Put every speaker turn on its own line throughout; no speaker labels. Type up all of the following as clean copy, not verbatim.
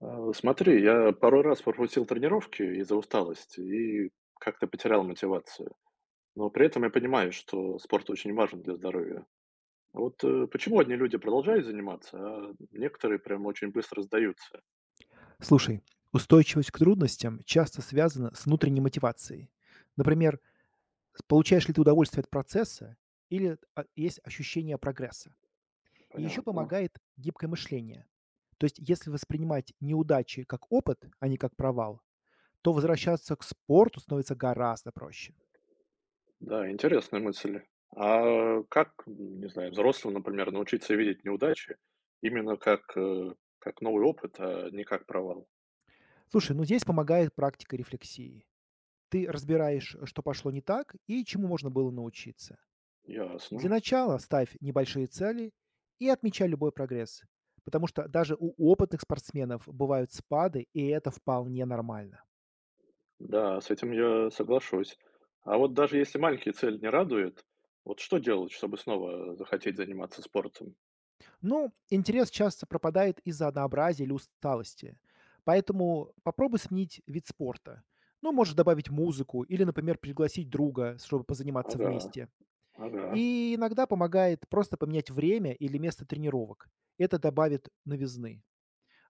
Смотри, я пару раз пропустил тренировки из-за усталости и как-то потерял мотивацию. Но при этом я понимаю, что спорт очень важен для здоровья. Вот почему одни люди продолжают заниматься, а некоторые прям очень быстро сдаются?
Слушай, устойчивость к трудностям часто связана с внутренней мотивацией. Например, получаешь ли ты удовольствие от процесса или есть ощущение прогресса. И еще
Понятно.
помогает гибкое мышление. То есть, если воспринимать неудачи как опыт, а не как провал, то возвращаться к спорту становится гораздо проще.
Да, интересная мысль. А как, не знаю, взрослым, например, научиться видеть неудачи именно как как новый опыт, а не как провал?
Слушай, ну здесь помогает практика рефлексии. Ты разбираешь, что пошло не так и чему можно было научиться. Для
Ясно.
начала ставь небольшие цели и отмечай любой прогресс, потому что даже у опытных спортсменов бывают спады, и это вполне нормально.
Да, с этим я соглашусь. А вот даже если маленькие цели не радуют, вот что делать, чтобы снова захотеть заниматься спортом?
Ну, интерес часто пропадает из-за однообразия или усталости, поэтому попробуй сменить вид спорта. Ну, можешь добавить музыку или, например, пригласить друга, чтобы позаниматься
Ага,
вместе.
ага.
И иногда помогает просто поменять время или место тренировок. Это добавит новизны.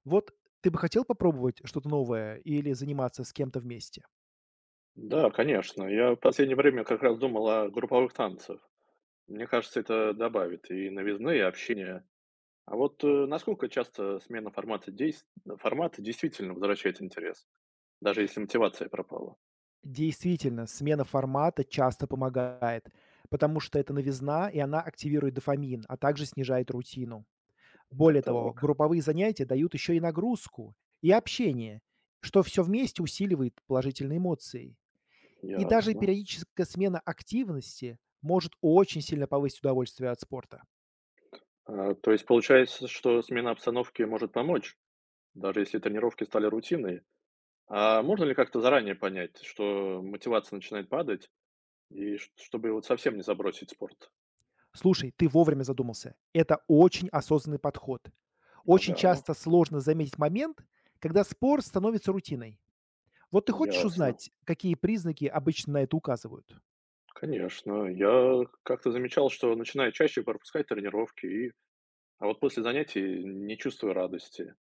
Вот ты бы хотел попробовать что-то новое или заниматься с кем-то вместе?
Да, конечно. Я в последнее время как раз думал о групповых танцах. Мне кажется, это добавит и новизны, и общения. А вот насколько часто смена формата, формата действительно возвращает интерес, даже если мотивация пропала?
Действительно, смена формата часто помогает, потому что это новизна, и она активирует дофамин, а также снижает рутину.
Так,
Более
так,
того, групповые занятия дают еще и нагрузку, и общение, что все вместе усиливает положительные эмоции. И даже
ясно.
периодическая смена активности может очень сильно повысить удовольствие от спорта.
А, то есть получается, что смена обстановки может помочь, даже если тренировки стали рутиной? А можно ли как-то заранее понять, что мотивация начинает падать, и чтобы вот совсем не забросить спорт?
Слушай, ты вовремя задумался. Это очень осознанный подход. Очень
Ага,
часто сложно заметить момент, когда спорт становится рутиной. Вот ты хочешь
ясно.
узнать, какие признаки обычно на это указывают?
Конечно. Я как-то замечал, что начинаю чаще пропускать тренировки, и а вот после занятий не чувствую радости.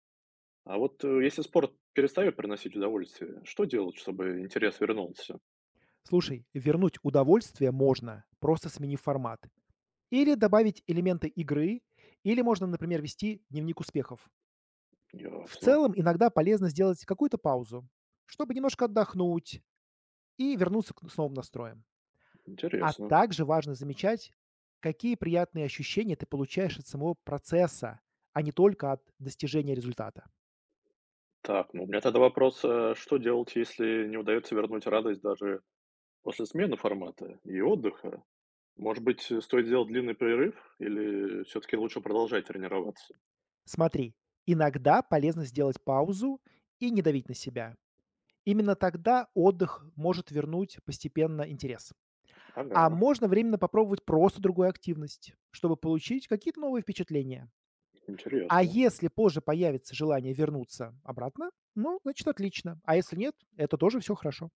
А вот если спорт перестает приносить удовольствие, что делать, чтобы интерес вернулся?
Слушай, вернуть удовольствие можно, просто сменив формат. Или добавить элементы игры, или можно, например, вести дневник успехов. В
Ясно.
целом, иногда полезно сделать какую-то паузу, чтобы немножко отдохнуть и вернуться к с новым настроем. А
Интересно.
также важно замечать, какие приятные ощущения ты получаешь от самого процесса, а не только от достижения результата.
Так, ну у меня тогда вопрос, что делать, если не удается вернуть радость даже после смены формата и отдыха? Может быть, стоит сделать длинный перерыв или все таки лучше продолжать тренироваться?
Смотри, иногда полезно сделать паузу и не давить на себя. Именно тогда отдых может вернуть постепенно интерес. А
Ага,
можно временно попробовать просто другую активность, чтобы получить какие-то новые впечатления. А
интересно.
если позже появится желание вернуться обратно, ну, значит, отлично. А если нет, это тоже все хорошо.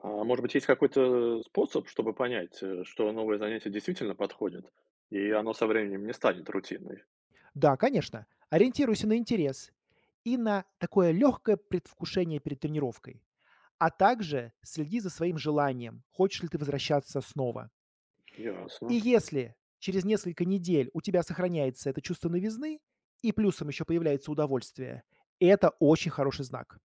А может быть, есть какой-то способ, чтобы понять, что новое занятие действительно подходит, и оно со временем не станет рутиной?
Да, конечно, ориентируйся на интерес и на такое легкое предвкушение перед тренировкой, а также следи за своим желанием, хочешь ли ты возвращаться снова.
Ясно.
И если через несколько недель у тебя сохраняется это чувство новизны и плюсом еще появляется удовольствие, это очень хороший знак.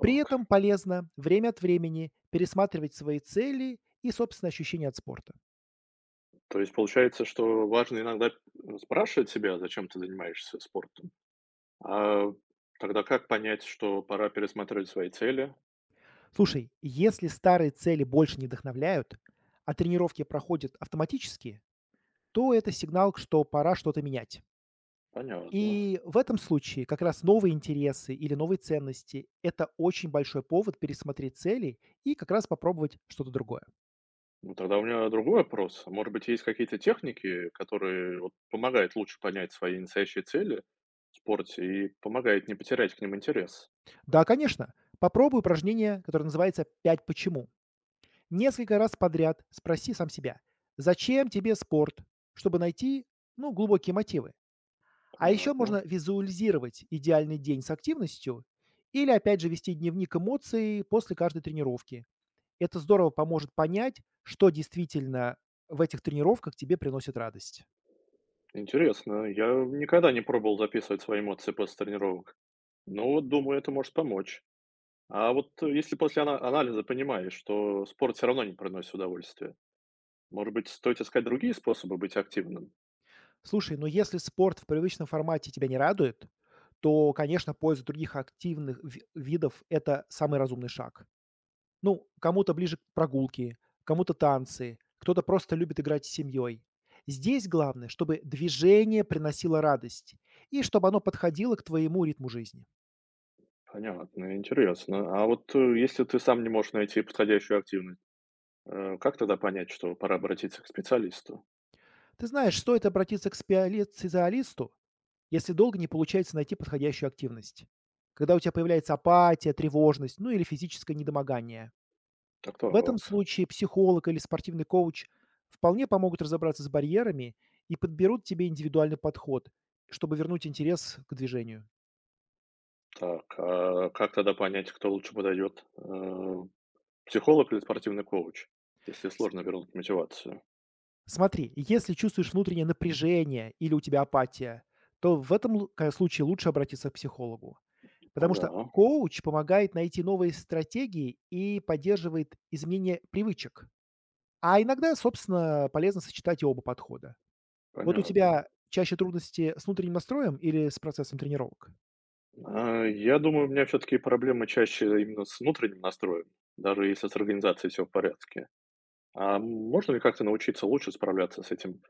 При этом полезно время от времени пересматривать свои цели и собственные ощущения от спорта.
То есть получается, что важно иногда, спрашивать себя, зачем ты занимаешься спортом. А тогда как понять, что пора пересматривать свои цели?
Слушай, если старые цели больше не вдохновляют, а тренировки проходят автоматически, то это сигнал, что пора что-то менять.
Понятно.
И в этом случае как раз новые интересы или новые ценности– это очень большой повод пересмотреть цели и как раз попробовать что-то другое.
Ну, тогда у меня другой вопрос. Может быть, есть какие-то техники, которые вот помогают лучше понять свои настоящие цели в спорте и помогает не потерять к ним интерес?
Да, конечно. Попробуй упражнение, которое называется 5 почему". Несколько раз подряд спроси сам себя: "Зачем тебе спорт?", чтобы найти, ну, глубокие мотивы. А еще
Понятно.
можно визуализировать идеальный день с активностью или, опять же, вести дневник эмоций после каждой тренировки. Это здорово поможет понять, что действительно в этих тренировках тебе приносит радость.
Интересно. Я никогда не пробовал записывать свои эмоции после тренировок. Но вот думаю, это может помочь. А вот если после анализа понимаешь, что спорт все равно не приносит удовольствия, может быть, стоит искать другие способы быть активным?
Слушай, ну если спорт в привычном формате тебя не радует, то, конечно, поиск других активных видов– это самый разумный шаг. Ну, кому-то ближе к прогулки, кому-то танцы, кто-то просто любит играть с семьей. Здесь главное, чтобы движение приносило радость и чтобы оно подходило к твоему ритму жизни.
Понятно, интересно. А вот если ты сам не можешь найти подходящую активность, как тогда понять, что пора обратиться к специалисту?
Ты знаешь, стоит обратиться к специалисту, если долго не получается найти подходящую активность. Когда у тебя появляется апатия, тревожность, ну или физическое недомогание.
Так
В этом
так.
случае психолог или спортивный коуч вполне помогут разобраться с барьерами и подберут тебе индивидуальный подход, чтобы вернуть интерес к движению.
Так, а как тогда понять, кто лучше подойдет? Психолог или спортивный коуч, если
С-
сложно вернуть мотивацию?
Смотри, если чувствуешь внутреннее напряжение или у тебя апатия, то в этом случае лучше обратиться к психологу. Потому что
Ага,
коуч помогает найти новые стратегии и поддерживает изменение привычек. А иногда, собственно, полезно сочетать и оба подхода. Вот у
понятно.
тебя чаще трудности с внутренним настроем или с процессом тренировок?
А, я думаю, у меня все-таки проблемы чаще именно с внутренним настроем, даже если с организацией все в порядке. А можно ли как-то научиться лучше справляться с этим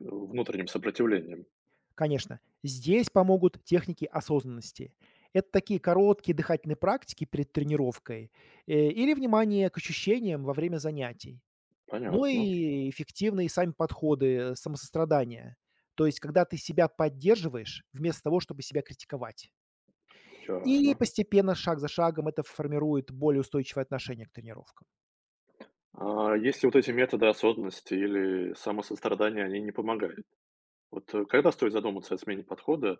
внутренним сопротивлением?
Конечно, здесь помогут техники осознанности. Это такие короткие дыхательные практики перед тренировкой или внимание к ощущениям во время занятий. Ну
Понятно,
и эффективные сами подходы самосострадания. То есть, когда ты себя поддерживаешь вместо того, чтобы себя критиковать. И
ясно.
постепенно, шаг за шагом, это формирует более устойчивое отношение к тренировкам.
А если вот эти методы осознанности или самосострадания, они не помогают? Вот, когда стоит задуматься о смене подхода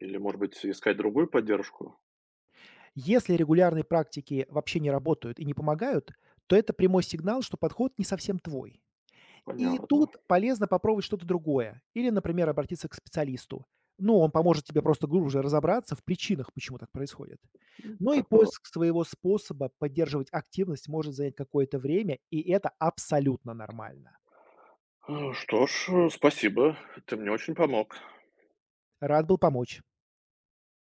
или, может быть, искать другую поддержку?
Если регулярные практики вообще не работают и не помогают, то это прямой сигнал, что подход не совсем твой. И
Понятно.
тут полезно попробовать что-то другое или, например, обратиться к специалисту. Ну, он поможет тебе просто глубже разобраться в причинах, почему так происходит. Но и
Так то.
поиск своего способа поддерживать активность может занять какое-то время, и это абсолютно нормально.
Что ж, спасибо, ты мне очень помог.
Рад был помочь.